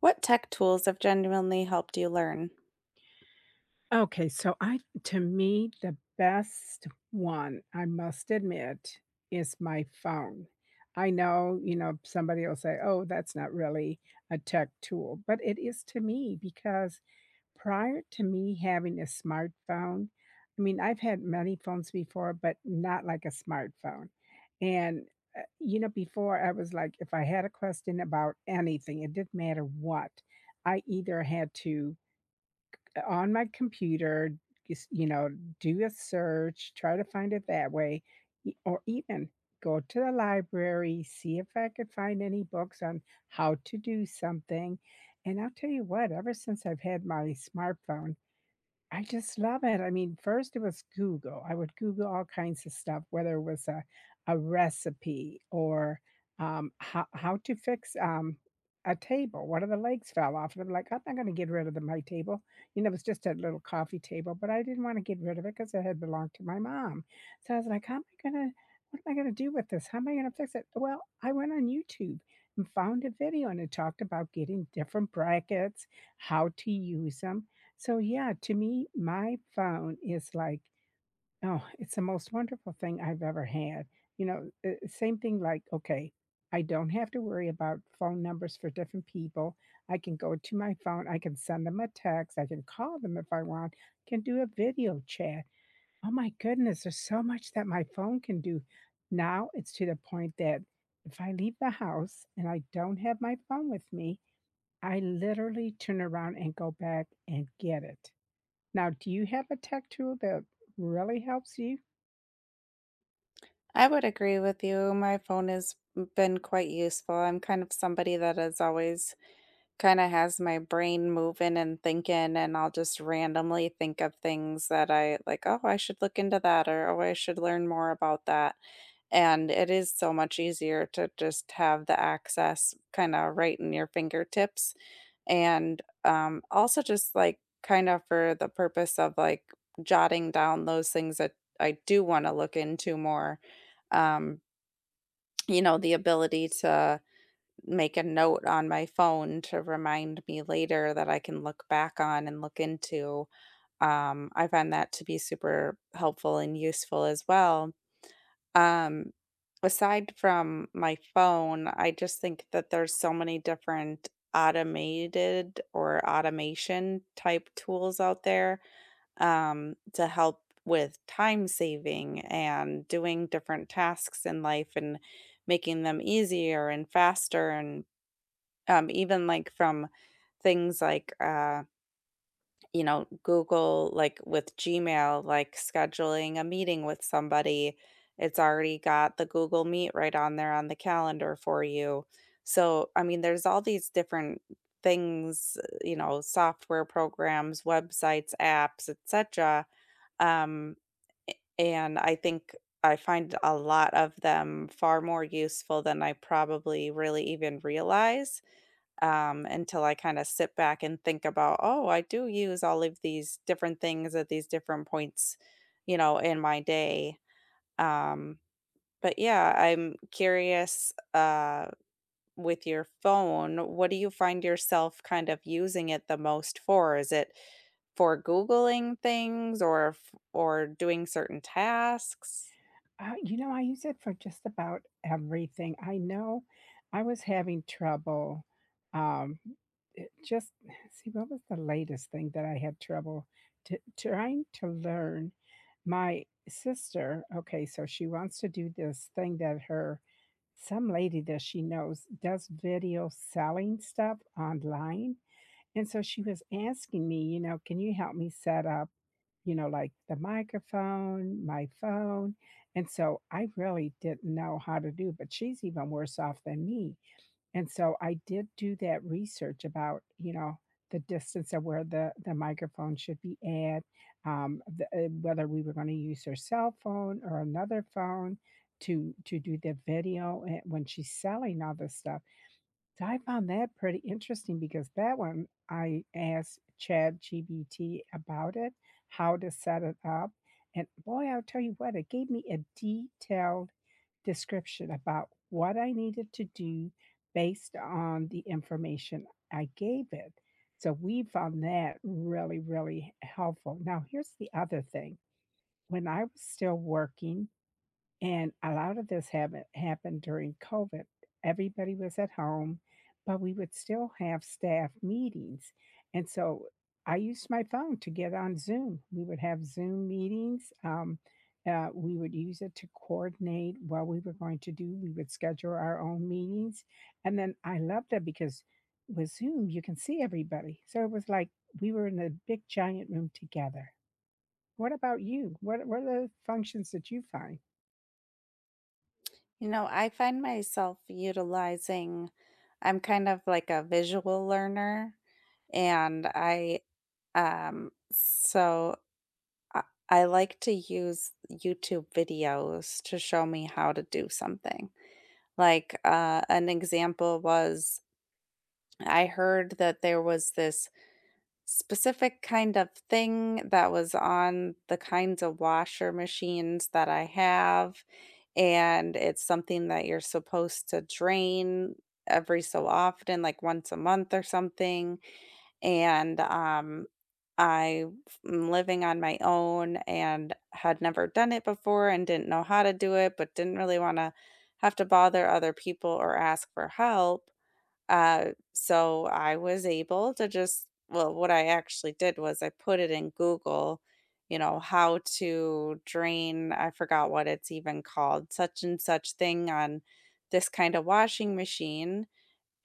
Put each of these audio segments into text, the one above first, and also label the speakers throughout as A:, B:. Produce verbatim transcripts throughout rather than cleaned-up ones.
A: What tech tools have genuinely helped you learn?
B: Okay, so I To me, the best one, I must admit, is my phone. I know, you know, somebody will say, "Oh, that's not really a tech tool," but it is to me because prior to me having a smartphone, I mean, I've had many phones before, but not like a smartphone. And, uh, you know, Before I was like, if I had a question about anything, it didn't matter what, I either had to on my computer, just, you know, do a search, try to find it that way, e- or even go to the library, see if I could find any books on how to do something. And I'll tell you what, ever since I've had my smartphone, I just love it. I mean, first it was Google. I would Google all kinds of stuff, whether it was a, a recipe or um, how, how to fix um, a table. One of the legs fell off. And I'm like, I'm not going to get rid of the, my table. You know, it was just a little coffee table, but I didn't want to get rid of it because it had belonged to my mom. So I was like, how am I going to, what am I going to do with this? How am I going to fix it? Well, I went on YouTube and found a video and it talked about getting different brackets, how to use them. So, yeah, to me, my phone is like, oh, it's the most wonderful thing I've ever had. You know, uh, uh, same thing. Like, okay, I don't have to worry about phone numbers for different people. I can go to my phone, I can send them a text, I can call them if I want, can do a video chat. Oh my goodness, there's so much that my phone can do. Now it's to the point that if I leave the house and I don't have my phone with me, I literally turn around and go back and get it. Now, do you have a tech tool that really helps you?
A: I would agree with you. My phone has been quite useful. I'm kind of somebody that is always kinda has my brain moving and thinking, and I'll just randomly think of things that I like, "Oh, I should look into that," or, "Oh, I should learn more about that." And it is so much easier to just have the access kinda right in your fingertips, and, um, also just, like, kinda for the purpose of, like, jotting down those things that I do wanna look into more, um, you know, the ability to make a note on my phone to remind me later that I can look back on and look into. Um, I find that to be super helpful and useful as well. Um, Aside from my phone, I just think that there's so many different automated or automation type tools out there um, to help with time saving and doing different tasks in life and making them easier and faster and um, even, like, from things like, uh, you know, Google, like, with Gmail, like, scheduling a meeting with somebody, it's already got the Google Meet right on there on the calendar for you. So, I mean, there's all these different things, you know, software programs, websites, apps, etcetera, um, and I think I find a lot of them far more useful than I probably really even realize um, until I kind of sit back and think about, oh, I do use all of these different things at these different points, you know, in my day. Um, but yeah, I'm curious uh, with your phone, what do you find yourself kind of using it the most for? Is it for Googling things or f- or doing certain tasks?
B: Uh, you know, I use it for just about everything. I know I was having trouble. Um, it just, see, what was the latest thing that I had trouble to, trying to learn? My sister, okay, so she wants to do this thing that her some lady that she knows does, video selling stuff online. And so she was asking me, you know, "Can you help me set up, you know, like, the microphone, my phone?" And so I really didn't know how to do, but she's even worse off than me. And so I did do that research about, you know, the distance of where the the microphone should be at, um, the uh, whether we were gonna use her cell phone or another phone to to do the video, eh, when she's selling all this stuff. So I found that pretty interesting because that one I asked ChatGPT about it, how to set it up, and boy, I'll tell you what, it gave me a detailed description about what I needed to do based on the information I gave it. So we found that really, really helpful. Now, here's the other thing. When I was still working, and a lot of this happened happened during COVID. Everybody was at home, but we would still have staff meetings. And so I used my phone to get on Zoom. We would have Zoom meetings. Um, uh, we would use it to coordinate what we were going to do. We would schedule our own meetings. And then I loved it because with Zoom, you can see everybody. So it was like we were in a big giant room together. What about you? What, what are the functions that you find?
A: You know, I find myself utilizing I'm kind of like a visual learner and I um so I, I like to use YouTube videos to show me how to do something. Like uh an example was I heard that there was this specific kind of thing that was on the kinds of washer machines that I have, and it's something that you're supposed to drain every so often, like once a month or something, and, um, I'm living on my own and had never done it before and didn't know how to do it, but didn't really wanna have to bother other people or ask for help. Uh, so I was able to just well, what I actually did was I put it in Google, you know, how to drain, I forgot what it's even called, such and such thing on this kind of washing machine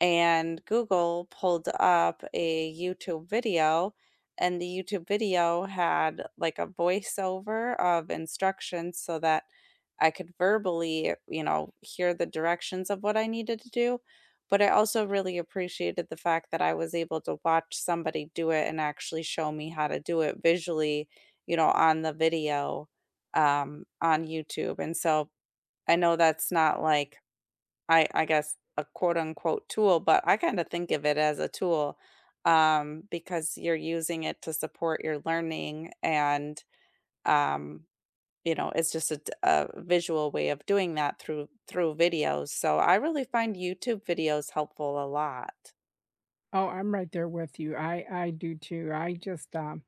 A: and Google pulled up a YouTube video, and the YouTube video had like a voiceover of instructions so that I could verbally, you know, hear the directions of what I needed to do. But I also really appreciated the fact that I was able to watch somebody do it and actually show me how to do it visually, you know, on the video um, on YouTube. And so I know that's not like I I guess a quote unquote tool, but I kinda think of it as a tool, um, because you're using it to support your learning and, um, you know, it's just a d a visual way of doing that through through videos, so I really find YouTube videos helpful a lot.
B: Oh, I'm right there with you. I I do too. I just, um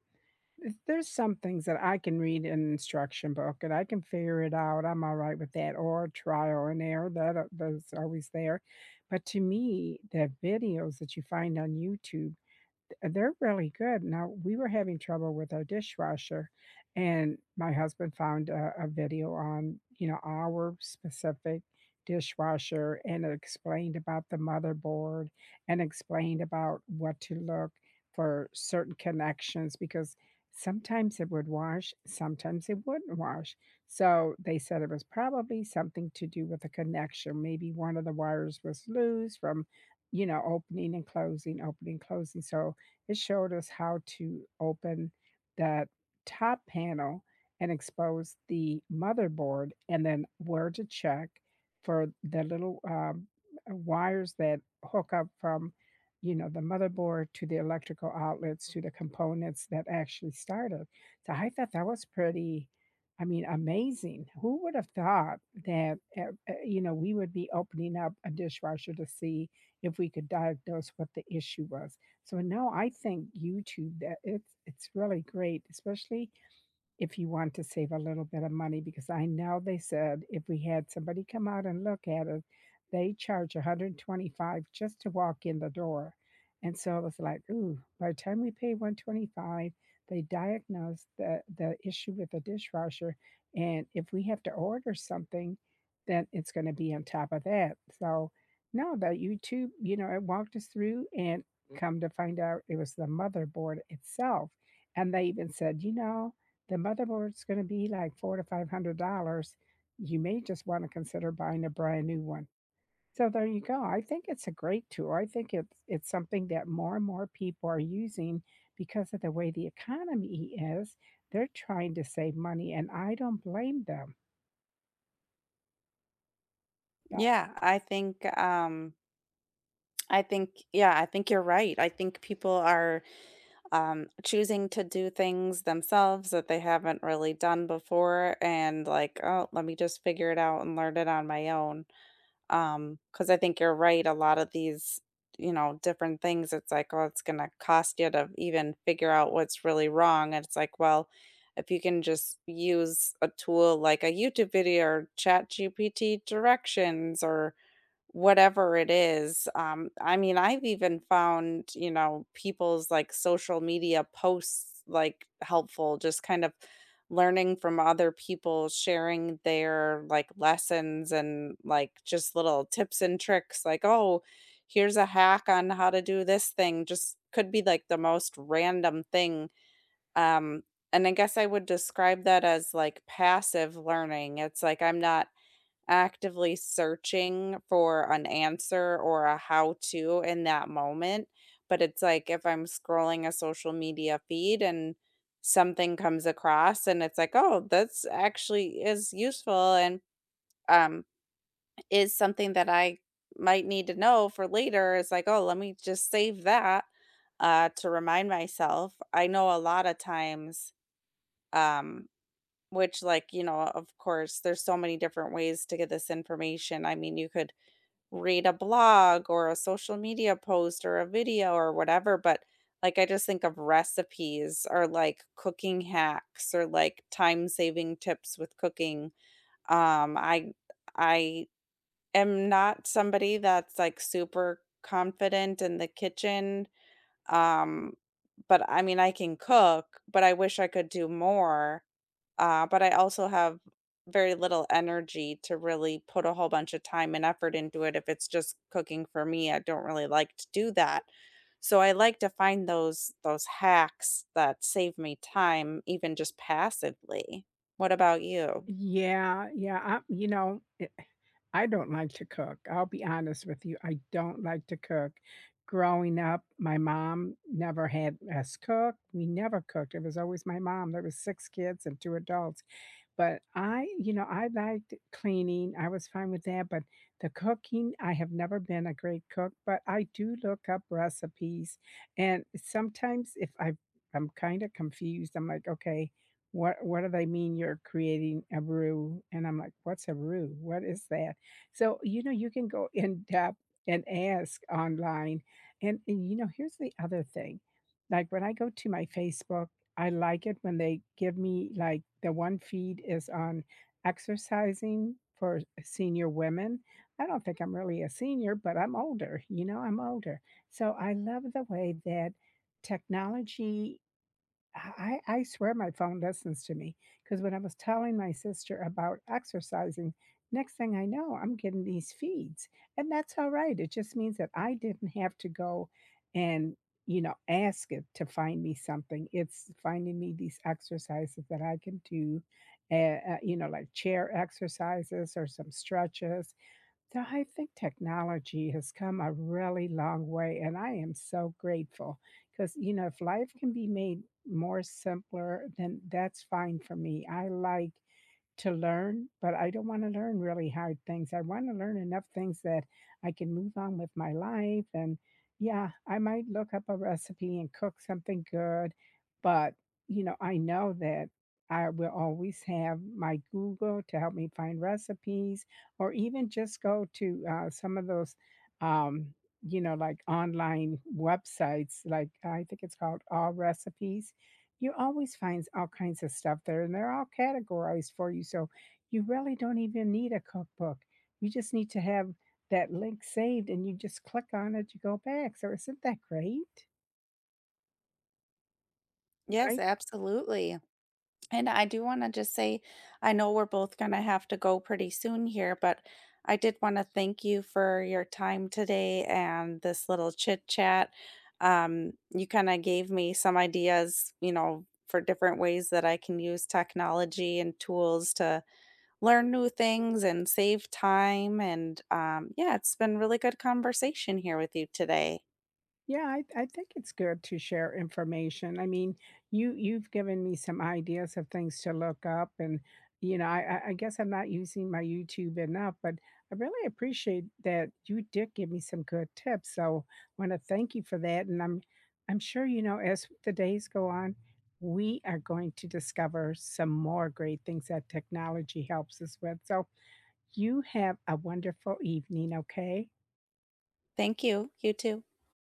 B: th- there's some things that I can read in an instruction book and I can figure it out. I'm all right with that, or trial and error, that uh, that's always there. But to me, the videos that you find on YouTube, they're really good. Now, we were having trouble with our dishwasher, and my husband found a, a video on, you know, our specific dishwasher, and it explained about the motherboard and explained about what to look for, certain connections, because sometimes it would wash, sometimes it wouldn't wash. So they said it was probably something to do with the connection. Maybe one of the wires was loose from, you know, opening and closing, opening, closing. So it showed us how to open that top panel and expose the motherboard, and then where to check for the little, um, uh, wires that hook up from, you know, the motherboard to the electrical outlets to the components that actually started. So I thought that was pretty, I mean, amazing. Who would have thought that, uh, uh, you know, we would be opening up a dishwasher to see if we could diagnose what the issue was? So now I think YouTube, that it's it's really great, especially if you want to save a little bit of money, because I know they said if we had somebody come out and look at it, they charge one hundred twenty-five just to walk in the door. And so it was like, ooh, by the time we pay one twenty-five, they diagnose the, the issue with the dishwasher. And if we have to order something, then it's going to be on top of that. So no, the YouTube, you know, it walked us through, and come to find out it was the motherboard itself. And they even said, you know, the motherboard's gonna be like four to five hundred dollars. You may just wanna consider buying a brand new one. So there you go. I think it's a great tool. I think it's it's something that more and more people are using because of the way the economy is. They're trying to save money, and I don't blame them. Yeah.
A: Yeah, I think, um, I think yeah, I think you're right. I think people are um, choosing to do things themselves that they haven't really done before and like, oh, let me just figure it out and learn it on my own. Um, Because I think you're right, a lot of these, you know, different things, it's like, oh, it's gonna cost you to even figure out what's really wrong. And it's like, well, if you can just use a tool like a YouTube video or chat G P T directions or whatever it is, um, I mean, I've even found, you know, people's, like, social media posts, like, helpful, just kind of learning from other people, sharing their, like, lessons and, like, just little tips and tricks, like, "Oh, here's a hack on how to do this thing," just could be, like, the most random thing, um, and I guess I would describe that as, like, passive learning, it's like I'm not actively searching for an answer or a how to in that moment, but it's like if I'm scrolling a social media feed and something comes across and it's like, "Oh, that's actually is useful and, um, is something that I might need to know for later." It's like, "Oh, let me just save that, uh, to remind myself." I know a lot of times, um, which, like, you know, of course, there's so many different ways to get this information. I mean, you could read a blog or a social media post or a video or whatever, but like I just think of recipes or like cooking hacks or like time-saving tips with cooking. Um, I I am not somebody that's like super confident in the kitchen. Um, but I mean I can cook, but I wish I could do more. Uh, but I also have very little energy to really put a whole bunch of time and effort into it if it's just cooking for me. I don't really like to do that. So I like to find those those hacks that save me time even just passively. What about you?
B: Yeah, yeah, I You know, it, I don't like to cook, I'll be honest with you, I don't like to cook. Growing up, my mom never had us cook, we never cooked, it was always my mom. There was six kids and two adults. But I, you know, I liked cleaning. I was fine with that. But the cooking, I have never been a great cook, but I do look up recipes. And sometimes if I, I'm kind of confused, I'm like, okay, what, what do they mean you're creating a brew? And I'm like, what's a brew? What is that? So, you know, you can go in depth and ask online. And, and you know, here's the other thing. Like when I go to my Facebook, I like it when they give me like the one feed is on exercising for senior women. I don't think I'm really a senior, but I'm older, you know, I'm older. So I love the way that technology, I I swear my phone listens to me, because when I was telling my sister about exercising, next thing I know, I'm getting these feeds, and that's all right, it just means that I didn't have to go and, you know, ask it to find me something. It's finding me these exercises that I can do, eh, uh, you know, like chair exercises or some stretches. So I think technology has come a really long way, and I am so grateful, because, you know, if life can be made more simpler, then that's fine for me. I like to learn, but I don't wanna learn really hard things. I wanna learn enough things that I can move on with my life, and, yeah, I might look up a recipe and cook something good, but, you know, I know that I will always have my Google to help me find recipes, or even just go to, uh, some of those, um, you know, like, online websites, like, I think it's called All Recipes. You always find all kinds of stuff there, and they're all categorized for you, so you really don't even need a cookbook. You just need to have that link saved, and you just click on it, you go back. So isn't that great? I
A: Yes, absolutely. And I do want to just say, I know we're both going to have to go pretty soon here, but I did want to thank you for your time today and this little chit chat. Um, you kind of gave me some ideas, you know, for different ways that I can use technology and tools to learn new things and save time. And um, yeah, it's been really good conversation here with you today.
B: Yeah, I I think it's good to share information. I mean, you you've given me some ideas of things to look up, and you know, I I I guess I'm not using my YouTube enough, but I really appreciate that you did give me some good tips. So I want to thank you for that, and I'm I'm sure, you know, as the days go on, we are going to discover some more great things that technology helps us with. So you have a wonderful evening. Okay.
A: Thank you. You too.